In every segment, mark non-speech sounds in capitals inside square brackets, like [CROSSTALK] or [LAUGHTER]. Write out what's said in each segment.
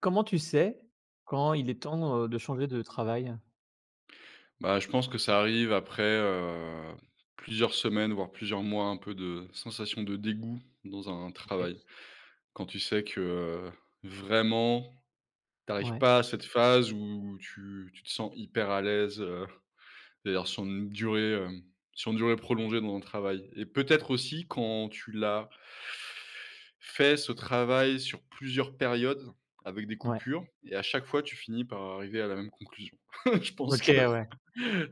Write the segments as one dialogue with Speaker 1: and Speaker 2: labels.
Speaker 1: Comment tu sais quand il est temps, de changer de travail?
Speaker 2: Bah, je pense que ça arrive après, plusieurs semaines, voire plusieurs mois, un peu de sensation de dégoût dans un
Speaker 1: OK.
Speaker 2: travail. Quand tu sais que, vraiment, tu arrives
Speaker 1: Ouais,
Speaker 2: pas à cette phase où tu te sens hyper à l'aise, c'est-à-dire sur une durée prolongée dans un travail et peut-être aussi quand tu l'as fait ce travail sur plusieurs périodes avec des
Speaker 1: ouais.
Speaker 2: coupures et à chaque fois, tu finis par arriver à la même conclusion. [LAUGHS] Je pense
Speaker 1: OK,
Speaker 2: que
Speaker 1: ouais.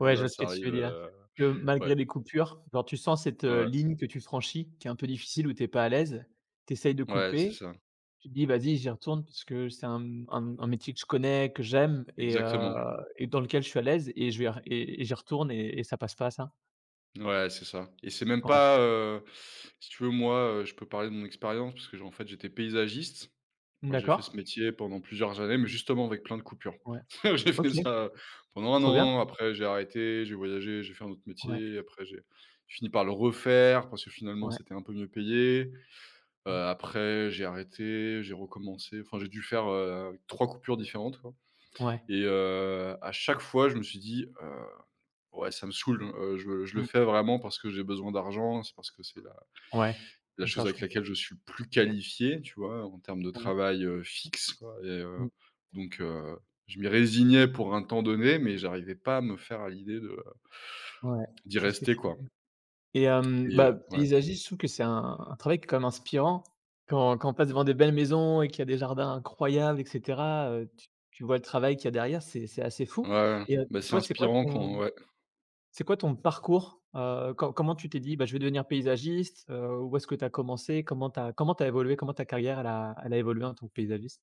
Speaker 1: Ouais, je vois ce que
Speaker 2: ça
Speaker 1: tu
Speaker 2: arrive,
Speaker 1: veux dire. Que
Speaker 2: ouais,
Speaker 1: malgré les coupures, genre tu sens cette,
Speaker 2: ouais,
Speaker 1: ligne que tu franchis qui est un peu difficile, où tu es pas à l'aise, tu essayes de
Speaker 2: ouais, c'est
Speaker 1: couper,
Speaker 2: ça,
Speaker 1: tu te dis: «Vas-y, j'y retourne parce que c'est un métier que je connais, que j'aime
Speaker 2: exactement.
Speaker 1: et dans lequel je suis à l'aise et je vais y re et j'y retourne» et ça passe pas ça?
Speaker 2: Ouais, c'est ça et c'est même
Speaker 1: Ouais.
Speaker 2: pas, si tu veux, moi, je peux parler de mon expérience parce que j en fait, j'étais paysagiste. Moi, j'ai fait ce
Speaker 1: D'accord.
Speaker 2: métier pendant plusieurs années, mais justement avec plein de coupures.
Speaker 1: Ouais.
Speaker 2: [LAUGHS] J'ai
Speaker 1: OK,
Speaker 2: fait ça pendant un
Speaker 1: trop bien.
Speaker 2: an, après j'ai arrêté, j'ai voyagé, j'ai fait un autre
Speaker 1: Ouais,
Speaker 2: métier, après j'ai fini par le refaire parce que finalement
Speaker 1: ouais.
Speaker 2: c'était un peu mieux payé.
Speaker 1: Mmh.
Speaker 2: Après j'ai arrêté, j'ai recommencé, enfin j'ai dû faire, 3 coupures différentes, quoi.
Speaker 1: Ouais.
Speaker 2: À chaque fois je me suis dit: Ouais ça me saoule, je le
Speaker 1: Mmh.
Speaker 2: fais vraiment parce que j'ai besoin d'argent, c'est parce que c'est la...»
Speaker 1: Ouais.
Speaker 2: La
Speaker 1: D'accord,
Speaker 2: chose
Speaker 1: je
Speaker 2: avec
Speaker 1: comprends.
Speaker 2: laquelle je suis le plus qualifié, tu vois? En termes de
Speaker 1: Ouais.
Speaker 2: travail, fixe, quoi.
Speaker 1: Mmh.
Speaker 2: Donc heu, je m'y résignais pour un temps donné, mais j'arrivais pas à me faire à l'idée de
Speaker 1: Ouais,
Speaker 2: d'y
Speaker 1: je vois ce que
Speaker 2: rester,
Speaker 1: tu
Speaker 2: quoi.
Speaker 1: dis et bah,
Speaker 2: Ouais.
Speaker 1: paysagiste, je trouve que c'est un travail qui est quand même inspirant. Quand on passe devant des belles maisons et qu'il y a des jardins incroyables et cetera, tu vois le travail qu'il y a derrière, c'est assez fou
Speaker 2: Ouais, ouais. Bah, c'est
Speaker 1: toi,
Speaker 2: inspirant quand, ouais.
Speaker 1: c'est quoi ton parcours? Comment tu t'es dit: «Bah, je vais devenir paysagiste», où est-ce que tu as commencé? Comment tu as comment t'as évolué? Comment ta carrière, elle a évolué en tant que paysagiste?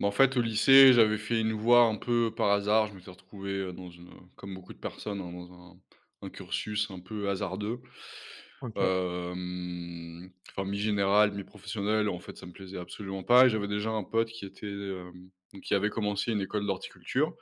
Speaker 2: Bah, en fait, au lycée, j'avais fait une voie un peu par hasard. Je m'étais retrouvé, comme beaucoup de personnes, hein, dans un cursus un peu hasardeux.
Speaker 1: OK,
Speaker 2: Enfin, mi-général, mi-professionnel. En fait, ça me plaisait absolument pas et j'avais déjà un pote qui était, qui avait commencé une école d'horticulture,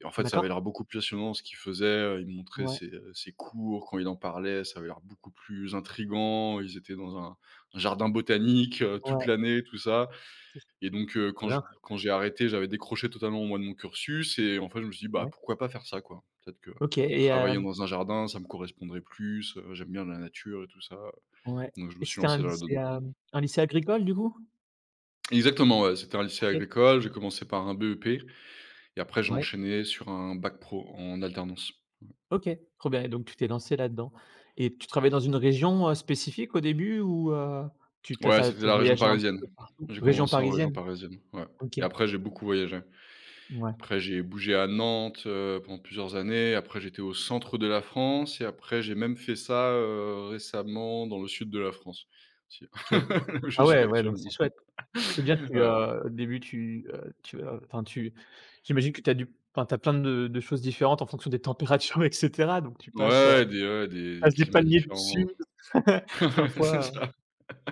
Speaker 2: et en fait, ça avait
Speaker 1: d'accord.
Speaker 2: l'air beaucoup plus passionnant ce qu'il faisait, il me montrait
Speaker 1: Ouais,
Speaker 2: ses cours. Quand il en parlait, ça avait l'air beaucoup plus intriguant. Ils étaient dans un jardin botanique, toute
Speaker 1: ouais,
Speaker 2: l'année, tout ça.
Speaker 1: c'est
Speaker 2: Et quand je
Speaker 1: bien.
Speaker 2: quand j'ai arrêté, j'avais décroché totalement, moi, de mon cursus et en fait, je me suis dit: «Bah,
Speaker 1: Ouais.
Speaker 2: pourquoi pas faire ça, quoi?» Peut-être que
Speaker 1: OK et
Speaker 2: travailler dans un jardin, ça me correspondrait plus, j'aime bien la nature et tout ça,
Speaker 1: ouais,
Speaker 2: donc je me
Speaker 1: et
Speaker 2: suis
Speaker 1: c'était un
Speaker 2: lancé
Speaker 1: lycée,
Speaker 2: là-dedans.
Speaker 1: un lycée agricole, du coup?
Speaker 2: Exactement, ouais, c'était un lycée
Speaker 1: OK.
Speaker 2: agricole, j'ai commencé par un BEP et après j'ai
Speaker 1: Ouais,
Speaker 2: enchaîné sur un bac pro en alternance.
Speaker 1: OK, trop bien et donc tu t'es lancé là-dedans et tu travaillais dans une région, spécifique au début ou, tu t'as
Speaker 2: Ouais,
Speaker 1: as
Speaker 2: c'était
Speaker 1: tu
Speaker 2: la région
Speaker 1: voyagé un petit
Speaker 2: parisienne.
Speaker 1: peu partout?
Speaker 2: J'ai
Speaker 1: Région
Speaker 2: commencé en région
Speaker 1: parisienne?
Speaker 2: parisienne, ouais,
Speaker 1: OK,
Speaker 2: et après j'ai beaucoup voyagé.
Speaker 1: ouais,
Speaker 2: Après j'ai bougé à Nantes, pendant plusieurs années. Après j'étais au centre de la France et après j'ai même fait ça, récemment dans le sud de la France, aussi. [LAUGHS]
Speaker 1: OK.
Speaker 2: Là où je
Speaker 1: Ah
Speaker 2: suis
Speaker 1: ouais, ouais, donc c'est
Speaker 2: actuellement.
Speaker 1: chouette. C'est bien tu,
Speaker 2: Heu,
Speaker 1: au début tu, j'imagine que tu as dû enfin t'as plein de choses différentes en fonction des températures [LAUGHS] et cetera donc tu passes, heu,
Speaker 2: ouais, des ouais, des
Speaker 1: passes des
Speaker 2: climats
Speaker 1: paniers de
Speaker 2: différents.
Speaker 1: légumes [LAUGHS]
Speaker 2: [LAUGHS] C'est
Speaker 1: parfois.
Speaker 2: ça.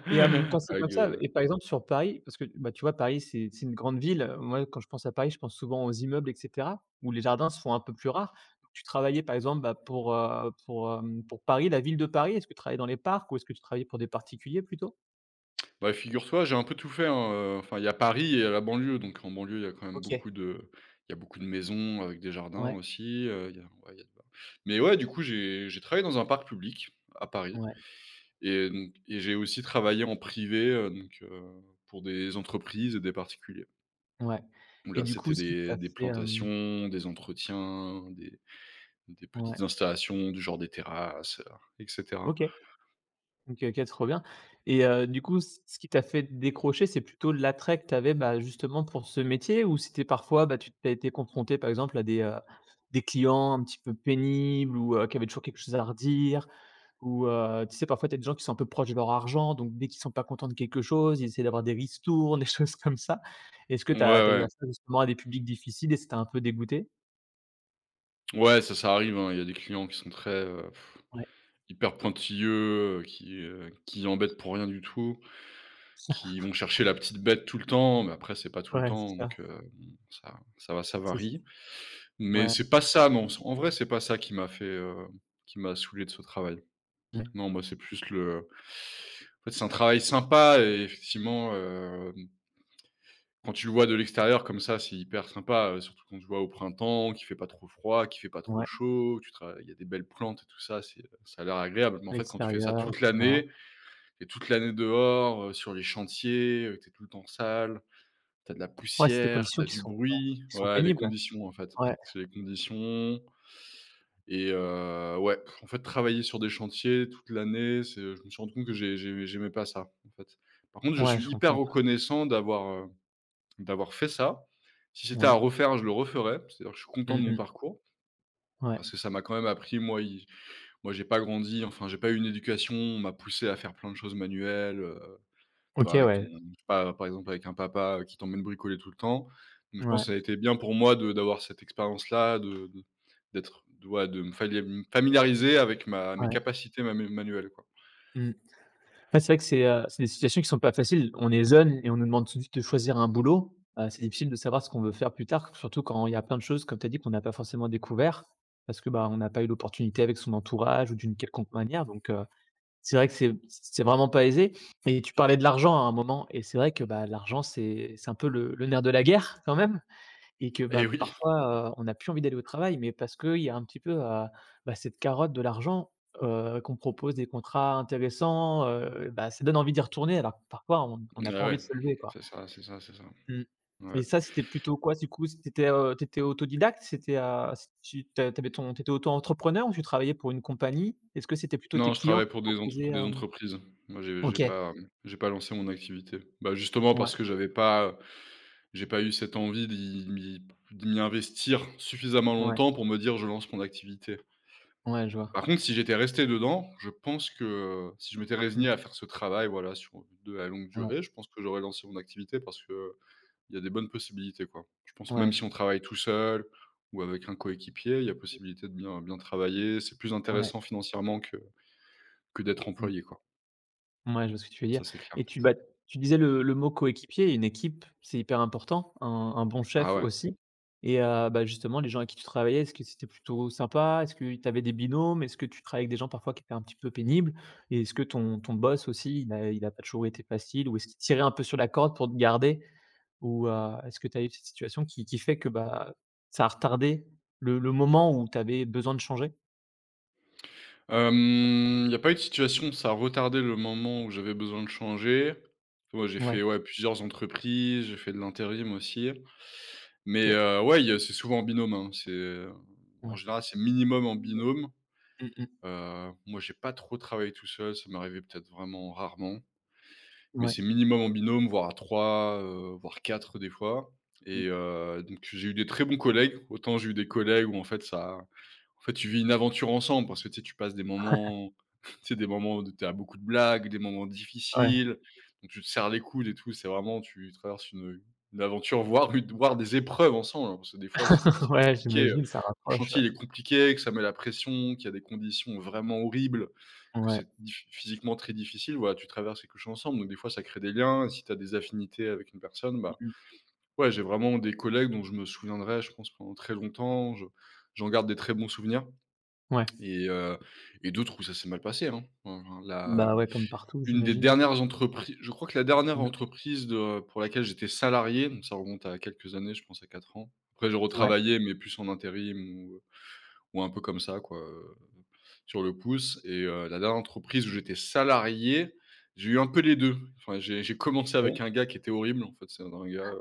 Speaker 1: Et quand c'est
Speaker 2: Avec,
Speaker 1: comme ça
Speaker 2: heu
Speaker 1: et par exemple sur Paris, parce que, bah, tu vois, Paris, c'est une grande ville, moi, quand je pense à Paris, je pense souvent aux immeubles et cetera, où les jardins se font un peu plus rares. Donc tu travaillais par exemple, bah, pour Paris, la ville de Paris, est-ce que tu travaillais dans les parcs ou est-ce que tu travaillais pour des particuliers plutôt?
Speaker 2: Bah, figure-toi, j'ai un peu tout fait, hein, enfin il y a Paris et la banlieue, donc en banlieue, il y a quand même
Speaker 1: OK.
Speaker 2: beaucoup de il y a beaucoup de maisons avec des jardins
Speaker 1: Ouais,
Speaker 2: aussi. Il y a Ouais, il y a mais ouais, du coup, j'ai travaillé dans un parc public à Paris.
Speaker 1: ouais,
Speaker 2: Et j'ai aussi travaillé en privé, pour des entreprises et des particuliers,
Speaker 1: ouais
Speaker 2: où
Speaker 1: et
Speaker 2: là,
Speaker 1: du coup,
Speaker 2: c'était
Speaker 1: ce qui
Speaker 2: des
Speaker 1: t'a
Speaker 2: des
Speaker 1: fait, hem
Speaker 2: plantations, des entretiens, des
Speaker 1: ouais,
Speaker 2: petites installations du genre des terrasses, et cetera.
Speaker 1: OK. OK, OK, trop bien du coup, c ce qui t'a fait décrocher, c'est plutôt l'attrait que tu avais, bah, justement pour ce métier ou c'était parfois, bah, tu as été confronté, par exemple, à des clients un petit peu pénibles ou qui avaient toujours quelque chose à redire? Ou tu sais, parfois, tu as des gens qui sont un peu proches de leur argent, donc dès qu'ils sont pas contents de quelque chose, ils essaient d'avoir des ristournes, [LAUGHS] des choses comme ça. Est-ce que
Speaker 2: Ouais,
Speaker 1: tu as eu à
Speaker 2: ouais.
Speaker 1: ça justement à des publics difficiles et c'était un peu dégoûté?
Speaker 2: Ouais, ça arrive, hein. Il y a des clients qui sont très,
Speaker 1: Ouais.
Speaker 2: hyper pointilleux, qui embêtent pour rien du tout, qui
Speaker 1: [LAUGHS]
Speaker 2: vont chercher la petite bête tout le temps, mais après, c'est pas tout le
Speaker 1: Ouais, c'est
Speaker 2: temps, donc,
Speaker 1: ça,
Speaker 2: bon, ça
Speaker 1: c'est ça.
Speaker 2: varie. Mais c'est
Speaker 1: Ouais,
Speaker 2: pas ça, non, en vrai, c'est pas ça qui m'a fait, qui m'a saoulé de ce travail.
Speaker 1: ouais,
Speaker 2: Non, moi, c'est plus le en fait, c'est un travail sympa et effectivement, quand tu le vois de l'extérieur comme ça, c'est hyper sympa, surtout quand tu vois au printemps, qu'il fait pas trop froid, qu'il fait pas trop
Speaker 1: ouais,
Speaker 2: chaud, tu travailles, il y a des belles plantes et tout ça, ça a l'air agréable. Mais
Speaker 1: à
Speaker 2: en fait, quand tu fais ça
Speaker 1: l'extérieur et
Speaker 2: toute
Speaker 1: cetera.
Speaker 2: l'année, tu toute l'année dehors, sur les chantiers, tu tout le temps sale, t'as de la
Speaker 1: Ouais, c'est des
Speaker 2: poussière,
Speaker 1: conditions
Speaker 2: t'as du bruit.
Speaker 1: qui sont
Speaker 2: Ouais, les
Speaker 1: pénibles.
Speaker 2: conditions, en fait,
Speaker 1: Ouais,
Speaker 2: c'est les conditions. Ouais, en fait, travailler sur des chantiers toute l'année, je me suis rendu compte que j'aimais pas ça, en fait. Par contre, je
Speaker 1: ouais,
Speaker 2: suis
Speaker 1: je
Speaker 2: hyper
Speaker 1: comprends.
Speaker 2: reconnaissant d'avoir fait ça. Si c'était à
Speaker 1: Ouais.
Speaker 2: refaire, je le referais. C'est-à-dire que je suis content
Speaker 1: Mmh
Speaker 2: de mon
Speaker 1: mh.
Speaker 2: parcours
Speaker 1: Ouais.
Speaker 2: parce que ça m'a quand même appris. Moi, j'ai pas grandi, enfin, j'ai pas eu une éducation, on m'a poussé à faire plein de choses manuelles,
Speaker 1: OK,
Speaker 2: toi, avec ton
Speaker 1: ouais.
Speaker 2: je sais pas, par exemple, avec un papa, qui t'emmène bricoler tout le temps. Donc je pense
Speaker 1: Ouais,
Speaker 2: que ça a été bien pour moi de d'avoir cette expérience-là, de d'être de ouais, de me falia me familiariser avec ma mes
Speaker 1: ouais.
Speaker 2: capacités manuelles, quoi.
Speaker 1: Mmh. Ouais, c'est vrai que c'est des situations qui sont pas faciles. On est jeunes et on nous demande tout de suite de choisir un boulot. C'est difficile de savoir ce qu'on veut faire plus tard, surtout quand il y a plein de choses, comme tu as dit, qu'on n'a pas forcément découvert parce que, bah, on n'a pas eu l'opportunité avec son entourage ou d'une quelconque manière donc, c'est vrai que c'est vraiment pas aisé et tu parlais de l'argent à un moment et c'est vrai que, bah, l'argent, c'est un peu le nerf de la guerre quand même. Et que, bah,
Speaker 2: Et oui,
Speaker 1: parfois, on n'a plus envie d'aller au travail, mais parce qu'il y a un petit peu, bah, cette carotte de l'argent, qu'on propose des contrats intéressants, bah, ça donne envie d'y retourner alors que parfois on n'a pas
Speaker 2: ah
Speaker 1: envie
Speaker 2: ouais,
Speaker 1: de se lever quoi.
Speaker 2: c'est ça, c'est ça, c'est ça.
Speaker 1: Mmh. Mais
Speaker 2: Ouais.
Speaker 1: ça, c'était plutôt quoi du coup? C'était, tu autodidacte? C'était, c tu tu avais ton t'étais auto-entrepreneur ou tu travaillais pour une compagnie? Est-ce que c'était plutôt tes
Speaker 2: Non, je
Speaker 1: clients
Speaker 2: travaille
Speaker 1: qui te
Speaker 2: pour
Speaker 1: proposaient,
Speaker 2: des
Speaker 1: hem?
Speaker 2: entreprises. Moi,
Speaker 1: OK.
Speaker 2: j'ai pas lancé mon activité. Bah, justement
Speaker 1: Ouais,
Speaker 2: parce que j'ai pas eu cette envie d'y m'y investir suffisamment
Speaker 1: ouais,
Speaker 2: longtemps pour me dire: «Je lance mon activité».
Speaker 1: ouais, je vois.
Speaker 2: Par contre, si j'étais resté dedans, je pense que, si je m'étais
Speaker 1: Mmh,
Speaker 2: résigné à faire ce travail, voilà, sur de la longue
Speaker 1: ouais,
Speaker 2: durée, je pense que j'aurais lancé mon activité parce que il y a des bonnes possibilités, quoi. Je pense,
Speaker 1: ouais,
Speaker 2: même
Speaker 1: je
Speaker 2: si on travaille tout seul ou avec un coéquipier, il y a possibilité de bien bien travailler. C'est plus
Speaker 1: ouais,
Speaker 2: intéressant financièrement que d'être
Speaker 1: mmh.
Speaker 2: employé, quoi.
Speaker 1: Ouais, je vois ce que tu veux dire
Speaker 2: Ça, c'est clair.
Speaker 1: et tu disais le mot coéquipier, une équipe, c'est hyper important, un bon
Speaker 2: Ah
Speaker 1: chef
Speaker 2: ouais.
Speaker 1: aussi bah, justement les gens avec qui tu travaillais, est-ce que c'était plutôt sympa? Est-ce que tu avais des binômes? Est-ce que tu travaillais avec des gens parfois qui étaient un petit peu pénibles? Et est-ce que ton boss aussi, il a pas toujours été facile ou est-ce qu'il tirait un peu sur la corde pour te garder? Ou, est-ce que tu as eu cette situation qui fait que, bah, ça a retardé le moment où tu avais besoin de changer?
Speaker 2: Il y a pas eu de situation où ça a retardé le moment où j'avais besoin de changer. Moi, j'ai
Speaker 1: Ouais,
Speaker 2: fait, ouais, plusieurs entreprises, j'ai fait de l'intérim aussi. Mais,
Speaker 1: OK,
Speaker 2: ouais, il y a c'est souvent en binôme, hein. Euh, En
Speaker 1: ouais.
Speaker 2: général, c'est minimum en
Speaker 1: Mmh
Speaker 2: binôme.
Speaker 1: mh.
Speaker 2: Moi, j'ai pas trop travaillé tout seul, ça m'est arrivé peut-être vraiment rarement. Mais
Speaker 1: Ouais.
Speaker 2: c'est minimum en binôme, voire à 3, voire 4 des fois.
Speaker 1: Mmh.
Speaker 2: Donc j'ai eu des très bons collègues. Autant j'ai eu des collègues où en fait tu vis une aventure ensemble parce que tu sais, tu passes des moments [LAUGHS] tu sais, des moments où tu as beaucoup de blagues, des moments
Speaker 1: Ouais.
Speaker 2: difficiles, donc tu te serres les coudes et tout. C'est vraiment, tu traverses une aventure, voire une voire des épreuves ensemble, hein, parce que des fois c'est quand
Speaker 1: [LAUGHS]
Speaker 2: c'est
Speaker 1: Ouais,
Speaker 2: compliqué,
Speaker 1: j'imagine, ça
Speaker 2: quand le
Speaker 1: rapproche, ouais.
Speaker 2: chantier il est compliqué, que ça met la pression, qu'il y a des conditions vraiment horribles, que
Speaker 1: Ouais.
Speaker 2: c'est dif physiquement très difficile, voilà, tu traverses quelque chose ensemble, donc des fois ça crée des liens et si tu as des affinités avec une personne, bah,
Speaker 1: Mmh.
Speaker 2: ouais, j'ai vraiment des collègues dont je me souviendrai, je pense, pendant très longtemps. Je j'en garde des très bons souvenirs
Speaker 1: Ouais.
Speaker 2: et heu et d'autres où ça s'est mal passé, hein. Enfin, la
Speaker 1: Bah, ouais, comme partout,
Speaker 2: une des
Speaker 1: j'imagine.
Speaker 2: dernières entreprises je crois que la dernière
Speaker 1: Mmh.
Speaker 2: entreprise de pour laquelle j'étais salarié, donc ça remonte à quelques années, je pense à 4 ans. Après j'ai
Speaker 1: Ouais,
Speaker 2: retravaillé mais plus en intérim ou un peu comme ça quoi, sur le pouce. La dernière entreprise où j'étais salarié, j'ai eu un peu les deux. Enfin, j'ai commencé
Speaker 1: OK.
Speaker 2: avec un gars qui était horrible, en fait, c'est un gars,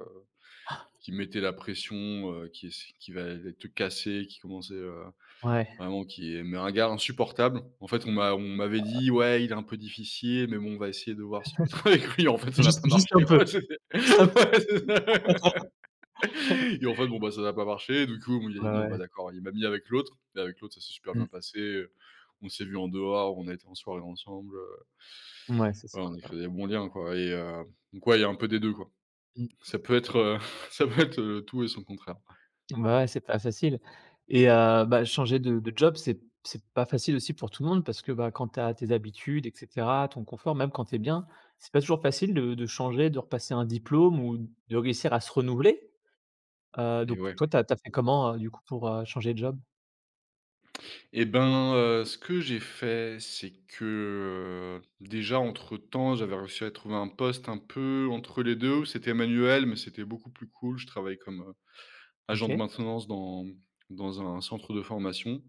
Speaker 2: qui mettait la pression, qui va aller te casser, qui commençait,
Speaker 1: Ouais.
Speaker 2: vraiment, qui est mais un gars insupportable. En fait, on m'avait dit: «Ouais, il est un peu difficile, mais bon, on va essayer de voir si tu peux [LAUGHS]
Speaker 1: [LAUGHS]
Speaker 2: travailler avec lui». En fait, ça n'a pas
Speaker 1: Juste juste
Speaker 2: marché
Speaker 1: un peu,
Speaker 2: quoi, [LAUGHS] c'était [LAUGHS]
Speaker 1: juste un peu.
Speaker 2: ouais, c'est ça. Et en fait, bon, bah, ça n'a pas marché. Du coup, il a
Speaker 1: Ouais,
Speaker 2: dit: «Bon,
Speaker 1: ouais.
Speaker 2: bah, d'accord». Il m'a mis avec l'autre et avec l'autre, ça s'est super
Speaker 1: Mmh.
Speaker 2: bien passé, on s'est vu en dehors, on a été en soirée ensemble,
Speaker 1: Ouais, ça, c'est
Speaker 2: ouais,
Speaker 1: cool,
Speaker 2: on a
Speaker 1: ouais.
Speaker 2: créé des bons liens, quoi. Donc ouais, il y a un peu des deux, quoi.
Speaker 1: Mmh.
Speaker 2: Ça peut être, heu, [LAUGHS] ça peut être, tout et son contraire.
Speaker 1: Bah, ouais, c'est pas facile bah, changer de job, c'est pas facile aussi pour tout le monde parce que, bah, quand tu as tes habitudes et cetera, ton confort, même quand tu es bien, c'est pas toujours facile de changer, de repasser un diplôme ou de réussir à se renouveler.
Speaker 2: Et
Speaker 1: Donc
Speaker 2: ouais,
Speaker 1: toi, tu as fait comment, du coup, pour, changer de job?
Speaker 2: et ben, ce que j'ai fait, c'est que, déjà, entre-temps, j'avais réussi à trouver un poste un peu entre les 2 où c'était manuel, mais c'était beaucoup plus cool. Je travaille comme, agent de
Speaker 1: OK,
Speaker 2: maintenance dans un centre de formation.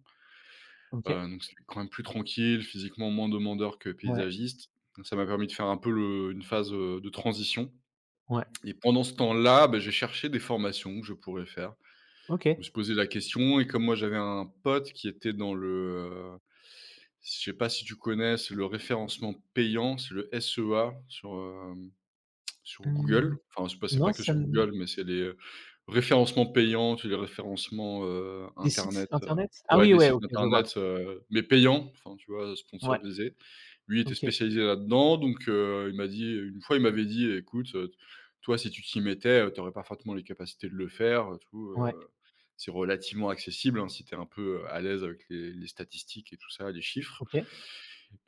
Speaker 1: OK.
Speaker 2: Donc c'était quand même plus tranquille, physiquement moins demandeur que
Speaker 1: Ouais,
Speaker 2: paysagiste. Donc ça m'a permis de faire un peu le une phase, de transition
Speaker 1: ouais.
Speaker 2: et pendant ce temps-là, bah, j'ai cherché des formations que je pourrais faire. Je me suis
Speaker 1: OK.
Speaker 2: posé la question et comme moi j'avais un pote qui était dans le, heu, je sais pas si tu connais? C'est le référencement payant, c'est le SEA sur
Speaker 1: Mmh,
Speaker 2: Google, enfin, c'est pas c'est
Speaker 1: non,
Speaker 2: pas que
Speaker 1: ça
Speaker 2: sur
Speaker 1: me
Speaker 2: Google, mais c'est les, référencements payants, tu les référencements,
Speaker 1: des sites
Speaker 2: internet,
Speaker 1: internet? Ah
Speaker 2: ouais
Speaker 1: oui,
Speaker 2: des
Speaker 1: ouais,
Speaker 2: sites
Speaker 1: OK, je vois.
Speaker 2: internet, mais payants, enfin tu vois,
Speaker 1: Ouais,
Speaker 2: sponsorisés. Lui il était
Speaker 1: OK,
Speaker 2: spécialisé là-dedans donc il m'a dit une fois, il m'avait dit: «Écoute, toi si tu t'y mettais, tu aurais parfaitement les capacités de le faire, tout,
Speaker 1: ouais,
Speaker 2: c'est relativement accessible, hein, si tu es un peu, à l'aise avec les statistiques et tout ça, les chiffres».
Speaker 1: OK,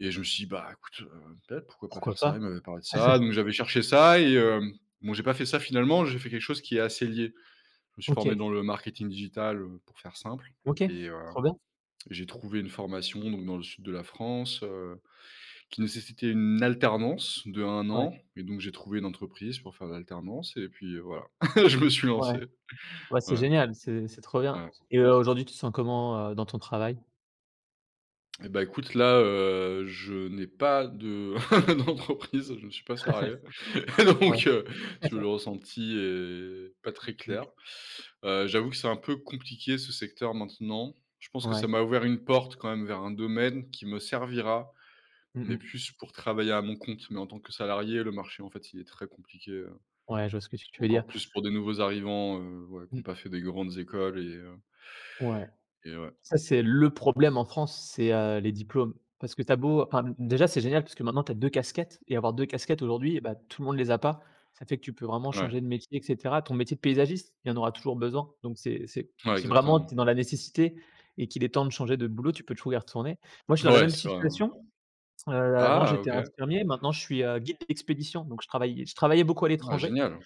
Speaker 2: Et je me suis dit: «Bah, écoute, peut-être, pourquoi pas
Speaker 1: pourquoi
Speaker 2: faire ça?»
Speaker 1: pas?
Speaker 2: Il m'avait parlé de ça, donc j'avais cherché ça et bon, j'ai pas fait ça finalement, j'ai fait quelque chose qui est assez lié. Je me suis
Speaker 1: OK,
Speaker 2: formé dans le marketing digital, pour faire simple
Speaker 1: OK,
Speaker 2: et
Speaker 1: trop bien.
Speaker 2: j'ai trouvé une formation donc dans le sud de la France, qui nécessitait une alternance de un
Speaker 1: Ouais,
Speaker 2: an et donc j'ai trouvé une entreprise pour faire l'alternance et puis, voilà, [LAUGHS] je me suis
Speaker 1: ouais,
Speaker 2: lancé.
Speaker 1: ouais, c'est
Speaker 2: Ouais,
Speaker 1: génial, c'est trop bien
Speaker 2: ouais
Speaker 1: aujourd'hui, tu te sens comment, dans ton travail?
Speaker 2: et bah, écoute là, je n'ai pas de [LAUGHS] d'entreprise, je ne suis pas salarié. [LAUGHS]
Speaker 1: Ouais.
Speaker 2: Donc sur le ressenti est pas très clair. J'avoue que c'est un peu compliqué ce secteur maintenant. Je pense que ça
Speaker 1: Ouais.
Speaker 2: m'a ouvert une porte quand même vers un domaine qui me servira,
Speaker 1: Mmh
Speaker 2: mais
Speaker 1: mh.
Speaker 2: plus pour travailler à mon compte. Mais en tant que salarié, le marché, en fait, il est très compliqué,
Speaker 1: Ouais, je vois ce que tu veux dire.
Speaker 2: encore plus pour des nouveaux arrivants, ouais, qui
Speaker 1: Mmh.
Speaker 2: n'ont pas fait des grandes écoles
Speaker 1: Ouais.
Speaker 2: et ouais.
Speaker 1: Ça, c'est le problème en France, les diplômes. Parce que t'as beau enfin, déjà, c'est génial parce que maintenant tu as 2 casquettes et avoir 2 casquettes aujourd'hui, bah, tout le monde les a pas. Ça fait que tu peux vraiment
Speaker 2: Ouais,
Speaker 1: changer de métier et cetera. Ton métier de paysagiste, il y en aura toujours besoin. Donc c'est
Speaker 2: ouais,
Speaker 1: si vraiment
Speaker 2: exactement.
Speaker 1: tu es dans la nécessité et qu'il est temps de changer de boulot, tu peux toujours y retourner. Moi, je suis dans la
Speaker 2: Ouais,
Speaker 1: même
Speaker 2: c'est vrai, ouais.
Speaker 1: situation, avant,
Speaker 2: Ah
Speaker 1: j'étais
Speaker 2: OK.
Speaker 1: infirmier, maintenant je suis, guide d'expédition, donc je travaillais beaucoup à
Speaker 2: Ah
Speaker 1: l'étranger
Speaker 2: génial.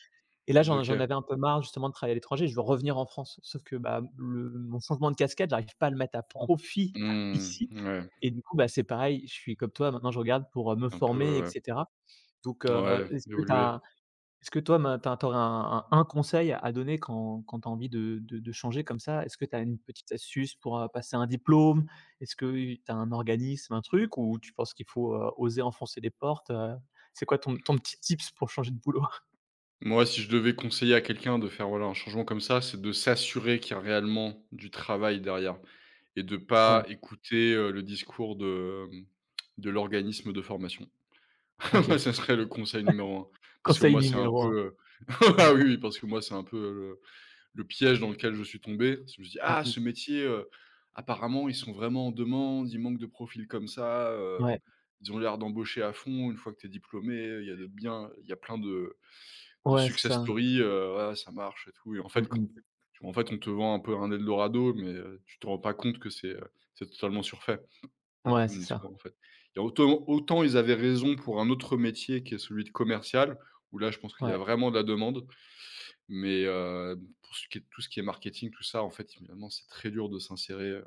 Speaker 1: et là, j'en
Speaker 2: OK.
Speaker 1: j'en avais un peu marre justement de travailler à l'étranger, je veux revenir en France. Sauf que, bah, le mon changement de casquette, j'arrive pas à le mettre à profit [LAUGHS]
Speaker 2: Hmm,
Speaker 1: ici
Speaker 2: ouais,
Speaker 1: et du coup, bah, c'est pareil, je suis comme toi, maintenant je regarde pour, me
Speaker 2: un
Speaker 1: former et
Speaker 2: peu,
Speaker 1: cetera. Donc,
Speaker 2: ouais, ouais, évoluer.
Speaker 1: est-ce que toi, ma tu as tu aurais un conseil à donner quand tu as envie de changer comme ça? Est-ce que tu as une petite astuce pour, passer un diplôme? Est-ce que tu as un organisme, un truc ou tu penses qu'il faut, oser enfoncer des portes? C'est quoi ton petit tips pour changer de boulot?
Speaker 2: Moi, si je devais conseiller à quelqu'un de faire, voilà, un changement comme ça, c'est de s'assurer qu'il y a réellement du travail derrière et de
Speaker 1: Ouais,
Speaker 2: pas écouter, le discours de, de l'organisme de formation. [LAUGHS]
Speaker 1: OK.
Speaker 2: Moi, ça serait le conseil numéro un. Parce que
Speaker 1: Conseil
Speaker 2: moi, c'est un
Speaker 1: numéro
Speaker 2: peu, heu, [LAUGHS]
Speaker 1: un. Ouais.
Speaker 2: ah oui, oui, parce que moi, c'est un peu, le piège dans lequel je suis tombé. Parce je me suis:
Speaker 1: Mmh
Speaker 2: «Ah, ce
Speaker 1: mh.
Speaker 2: métier, apparemment, ils sont vraiment en demande, il manque de profils comme ça,
Speaker 1: Ouais,
Speaker 2: ils ont l'air d'embaucher à fond. Une fois que tu es diplômé, il y a de bien il y a plein de» de
Speaker 1: ouais, c'est
Speaker 2: success
Speaker 1: ça.
Speaker 2: story, ouais, ça marche et tout et
Speaker 1: Mmh mh.
Speaker 2: en fait, on te vend un peu un eldorado, mais tu te rends pas compte que c'est totalement surfait
Speaker 1: Ouais, c'est
Speaker 2: comme
Speaker 1: ça.
Speaker 2: discours, en fait. Et autant ils avaient raison pour un autre métier qui est celui de commercial, où là, je pense qu'il y a
Speaker 1: Ouais,
Speaker 2: vraiment de la demande, mais pour ce qui est tout ce qui est marketing, tout ça, en fait, finalement, c'est très dur de s'insérer,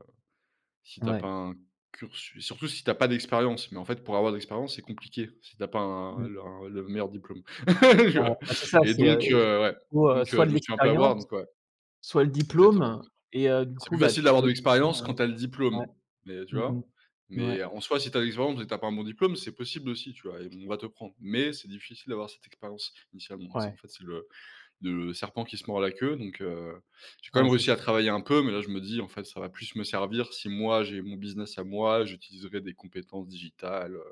Speaker 2: si tu pas
Speaker 1: ouais.
Speaker 2: un cursu, surtout si t'as pas d'expérience, mais en fait, pour avoir de l'expérience, c'est compliqué, si t'as pas un
Speaker 1: Mmh.
Speaker 2: le un le meilleur diplôme. [LAUGHS] Tu
Speaker 1: Ouais,
Speaker 2: vois?
Speaker 1: bah, c'est ça,
Speaker 2: Et donc
Speaker 1: du
Speaker 2: ouais,
Speaker 1: coup,
Speaker 2: donc
Speaker 1: soit
Speaker 2: je
Speaker 1: de
Speaker 2: me suis un peu
Speaker 1: l'expérience,
Speaker 2: avoir, donc ouais,
Speaker 1: soit le
Speaker 2: exactement.
Speaker 1: diplôme du
Speaker 2: C'est
Speaker 1: coup,
Speaker 2: plus
Speaker 1: bah, de
Speaker 2: facile d'avoir
Speaker 1: trouver
Speaker 2: de
Speaker 1: quelqu'un,
Speaker 2: l'expérience quand t'as le
Speaker 1: ouais.
Speaker 2: diplôme, mais tu
Speaker 1: Mmh
Speaker 2: vois?
Speaker 1: mh. Ouais,
Speaker 2: Mais en soi, si t'as de l'expérience et t'as pas un bon diplôme, c'est possible aussi, tu vois? Et on va te prendre, mais c'est difficile d'avoir cette expérience initialement, donc c'est en
Speaker 1: ouais,
Speaker 2: fait, c'est le de serpent qui se mord la queue, donc j'ai quand
Speaker 1: ouais,
Speaker 2: même
Speaker 1: c'est
Speaker 2: réussi
Speaker 1: ç
Speaker 2: à travailler un peu, mais là, je me dis: «En fait, ça va plus me servir si moi, j'ai mon business à moi, j'utiliserai des compétences digitales,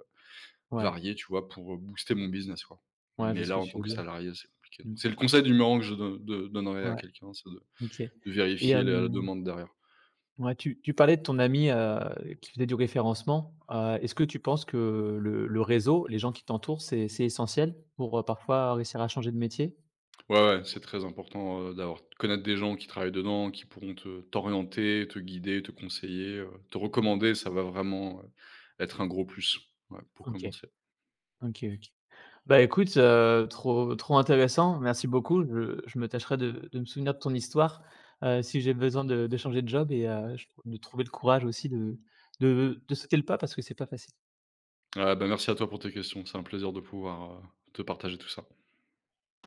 Speaker 1: ouais,
Speaker 2: variées», tu vois? Pour, booster mon business, quoi.
Speaker 1: ouais, je vois
Speaker 2: Mais
Speaker 1: ce que
Speaker 2: là, en
Speaker 1: tu
Speaker 2: tant
Speaker 1: veux
Speaker 2: que
Speaker 1: dire.
Speaker 2: salarié, c'est compliqué.
Speaker 1: Mmh.
Speaker 2: Donc c'est le conseil numéro un que je donnerais à
Speaker 1: Ouais,
Speaker 2: quelqu'un, c'est
Speaker 1: OK
Speaker 2: de
Speaker 1: et
Speaker 2: vérifier la
Speaker 1: hem,
Speaker 2: demande derrière.
Speaker 1: ouais, tu parlais de ton ami, qui faisait du référencement. Est-ce que tu penses que le réseau, les gens qui t'entourent, c'est essentiel pour, parfois réussir à changer de métier?
Speaker 2: Ouais, ouais, c'est très important, d'avoir connaître des gens qui travaillent dedans, qui pourront te t'orienter, te guider, te conseiller, te recommander, ça va vraiment, être un gros plus, ouais, pour
Speaker 1: OK.
Speaker 2: commencer.
Speaker 1: OK, OK. Bah, écoute, trop trop intéressant. Merci beaucoup. Je me tâcherai de me souvenir de ton histoire, si j'ai besoin de changer de job et je de trouver le courage aussi de sauter le pas parce que c'est pas facile.
Speaker 2: Ah bah, merci à toi pour tes questions. C'est un plaisir de pouvoir, te partager tout ça.